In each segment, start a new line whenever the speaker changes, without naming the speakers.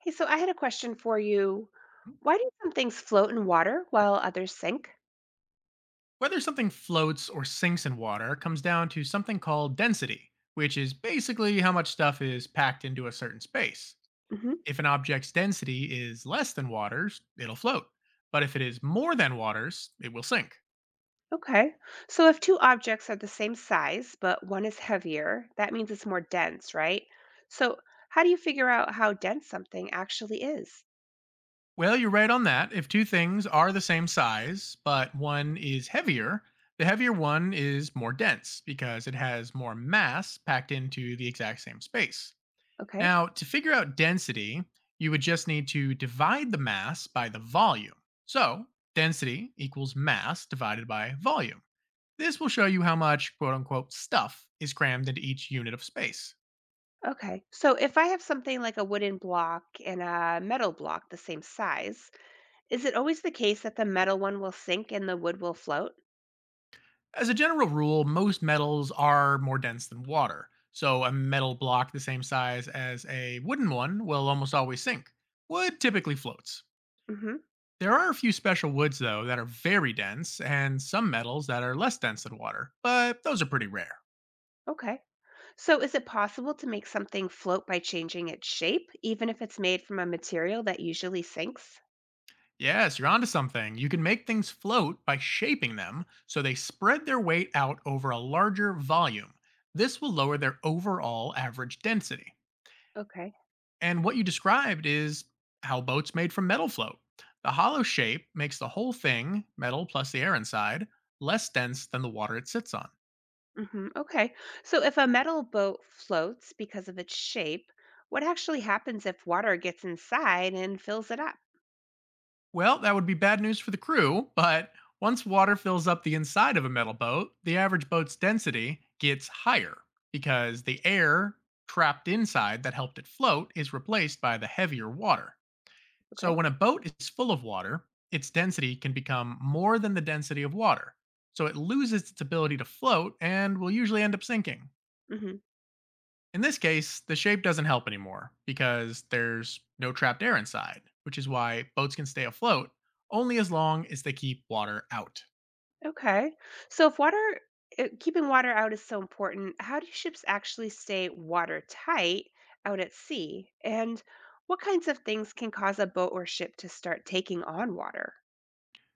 Hey, so I had a question for you. Why do some things float in water while others sink?
Whether something floats or sinks in water comes down to something called density, which is basically how much stuff is packed into a certain space.
Hmm.
If an object's density is less than water's, it'll float. But if it is more than water's, it will sink.
Okay. So if two objects are the same size, but one is heavier, that means it's more dense, right? So how do you figure out how dense something actually is?
Well, you're right on that. If two things are the same size, but one is heavier, the heavier one is more dense because it has more mass packed into the exact same space.
Okay.
Now, to figure out density, you would just need to divide the mass by the volume. So, density equals mass divided by volume. This will show you how much quote unquote stuff is crammed into each unit of space.
Okay. So if I have something like a wooden block and a metal block the same size, is it always the case that the metal one will sink and the wood will float?
As a general rule, most metals are more dense than water. So, a metal block the same size as a wooden one will almost always sink. Wood typically floats.
Hmm.
There are a few special woods, though, that are very dense, and some metals that are less dense than water, but those are pretty rare.
Okay. So is it possible to make something float by changing its shape, even if it's made from a material that usually sinks?
Yes, you're onto something. You can make things float by shaping them so they spread their weight out over a larger volume. This will lower their overall average density.
Okay.
And what you described is how boats made from metal float. The hollow shape makes the whole thing, metal plus the air inside, less dense than the water it sits on.
Hmm. Okay. So if a metal boat floats because of its shape, what actually happens if water gets inside and fills it up?
Well, that would be bad news for the crew, but once water fills up the inside of a metal boat, the average boat's density gets higher because the air trapped inside that helped it float is replaced by the heavier water. So
Okay.
when a boat is full of water, its density can become more than the density of water. So it loses its ability to float and will usually end up sinking.
Hmm.
In this case, the shape doesn't help anymore because there's no trapped air inside, which is why boats can stay afloat only as long as they keep water out.
Okay. So if water, keeping water out is so important, how do ships actually stay watertight out at sea? And what kinds of things can cause a boat or ship to start taking on water?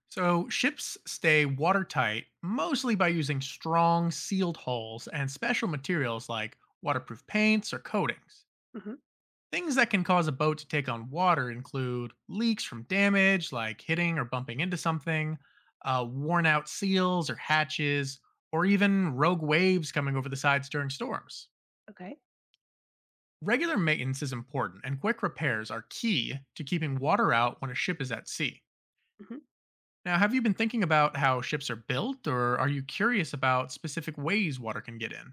So, ships stay watertight mostly by using strong sealed hulls and special materials like waterproof paints or coatings.
Mm-hmm.
Things that can cause a boat to take on water include leaks from damage, like hitting or bumping into something, worn out seals or hatches, or even rogue waves coming over the sides during storms.
Okay.
Regular maintenance is important, and quick repairs are key to keeping water out when a ship is at sea.
Mhm.
Now, have you been thinking about how ships are built, or are you curious about specific ways water can get in?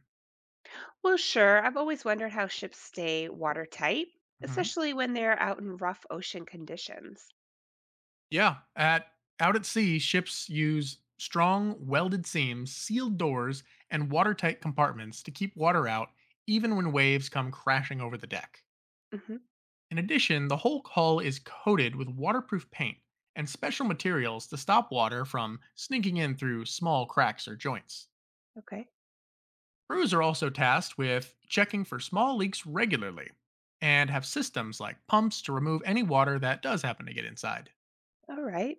Well, sure. I've always wondered how ships stay watertight,
Mhm.
especially when they're out in rough ocean conditions.
Yeah, at out at sea, ships use strong welded seams, sealed doors, and watertight compartments to keep water out even when waves come crashing over the deck.
Hmm.
In addition, the whole hull is coated with waterproof paint and special materials to stop water from sneaking in through small cracks or joints.
Okay.
Crews are also tasked with checking for small leaks regularly and have systems like pumps to remove any water that does happen to get inside.
All right.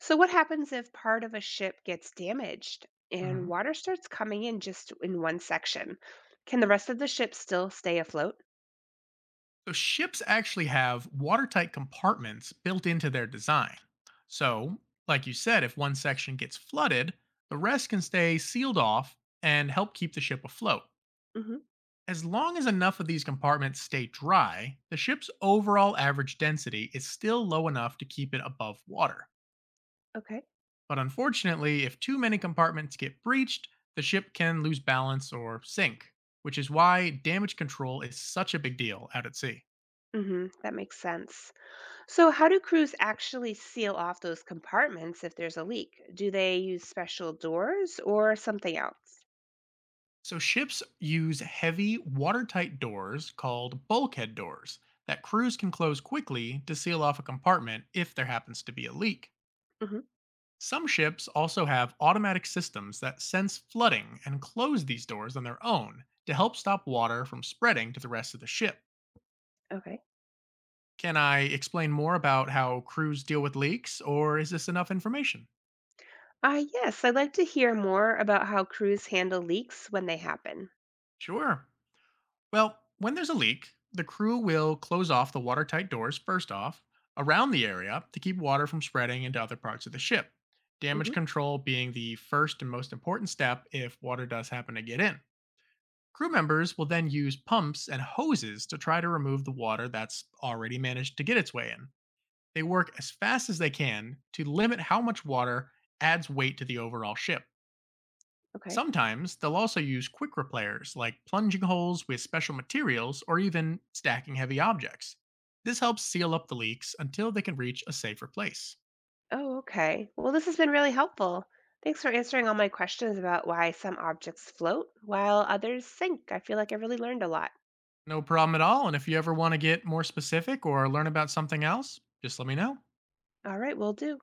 So, what happens if part of a ship gets damaged and
Mhm.
water starts coming in just in one section? Can the rest of the ship still stay afloat?
So, ships actually have watertight compartments built into their design. So, like you said, if one section gets flooded, the rest can stay sealed off and help keep the ship afloat.
Hmm.
As long as enough of these compartments stay dry, the ship's overall average density is still low enough to keep it above water.
Okay.
But unfortunately, if too many compartments get breached, the ship can lose balance or sink, which is why damage control is such a big deal out at sea.
Hmm. That makes sense. So, how do crews actually seal off those compartments if there's a leak? Do they use special doors or something else?
So, ships use heavy, watertight doors called bulkhead doors that crews can close quickly to seal off a compartment if there happens to be a leak.
Hmm.
Some ships also have automatic systems that sense flooding and close these doors on their own to help stop water from spreading to the rest of the ship.
Okay.
Can I explain more about how crews deal with leaks, or is this enough information?
Yes, I'd like to hear more about how crews handle leaks when they happen.
Sure. Well, when there's a leak, the crew will close off the watertight doors first off around the area to keep water from spreading into other parts of the ship. Damage
Hmm.
control being the first and most important step if water does happen to get in. Crew members will then use pumps and hoses to try to remove the water that's already managed to get its way in. They work as fast as they can to limit how much water adds weight to the overall ship.
Okay.
Sometimes they'll also use quick repairs like plunging holes with special materials or even stacking heavy objects. This helps seal up the leaks until they can reach a safer place.
Oh, okay. Well, this has been really helpful. Thanks for answering all my questions about why some objects float while others sink. I feel like I really learned a lot.
No problem at all, and if you ever want to get more specific or learn about something else, just let me know.
All right, will do.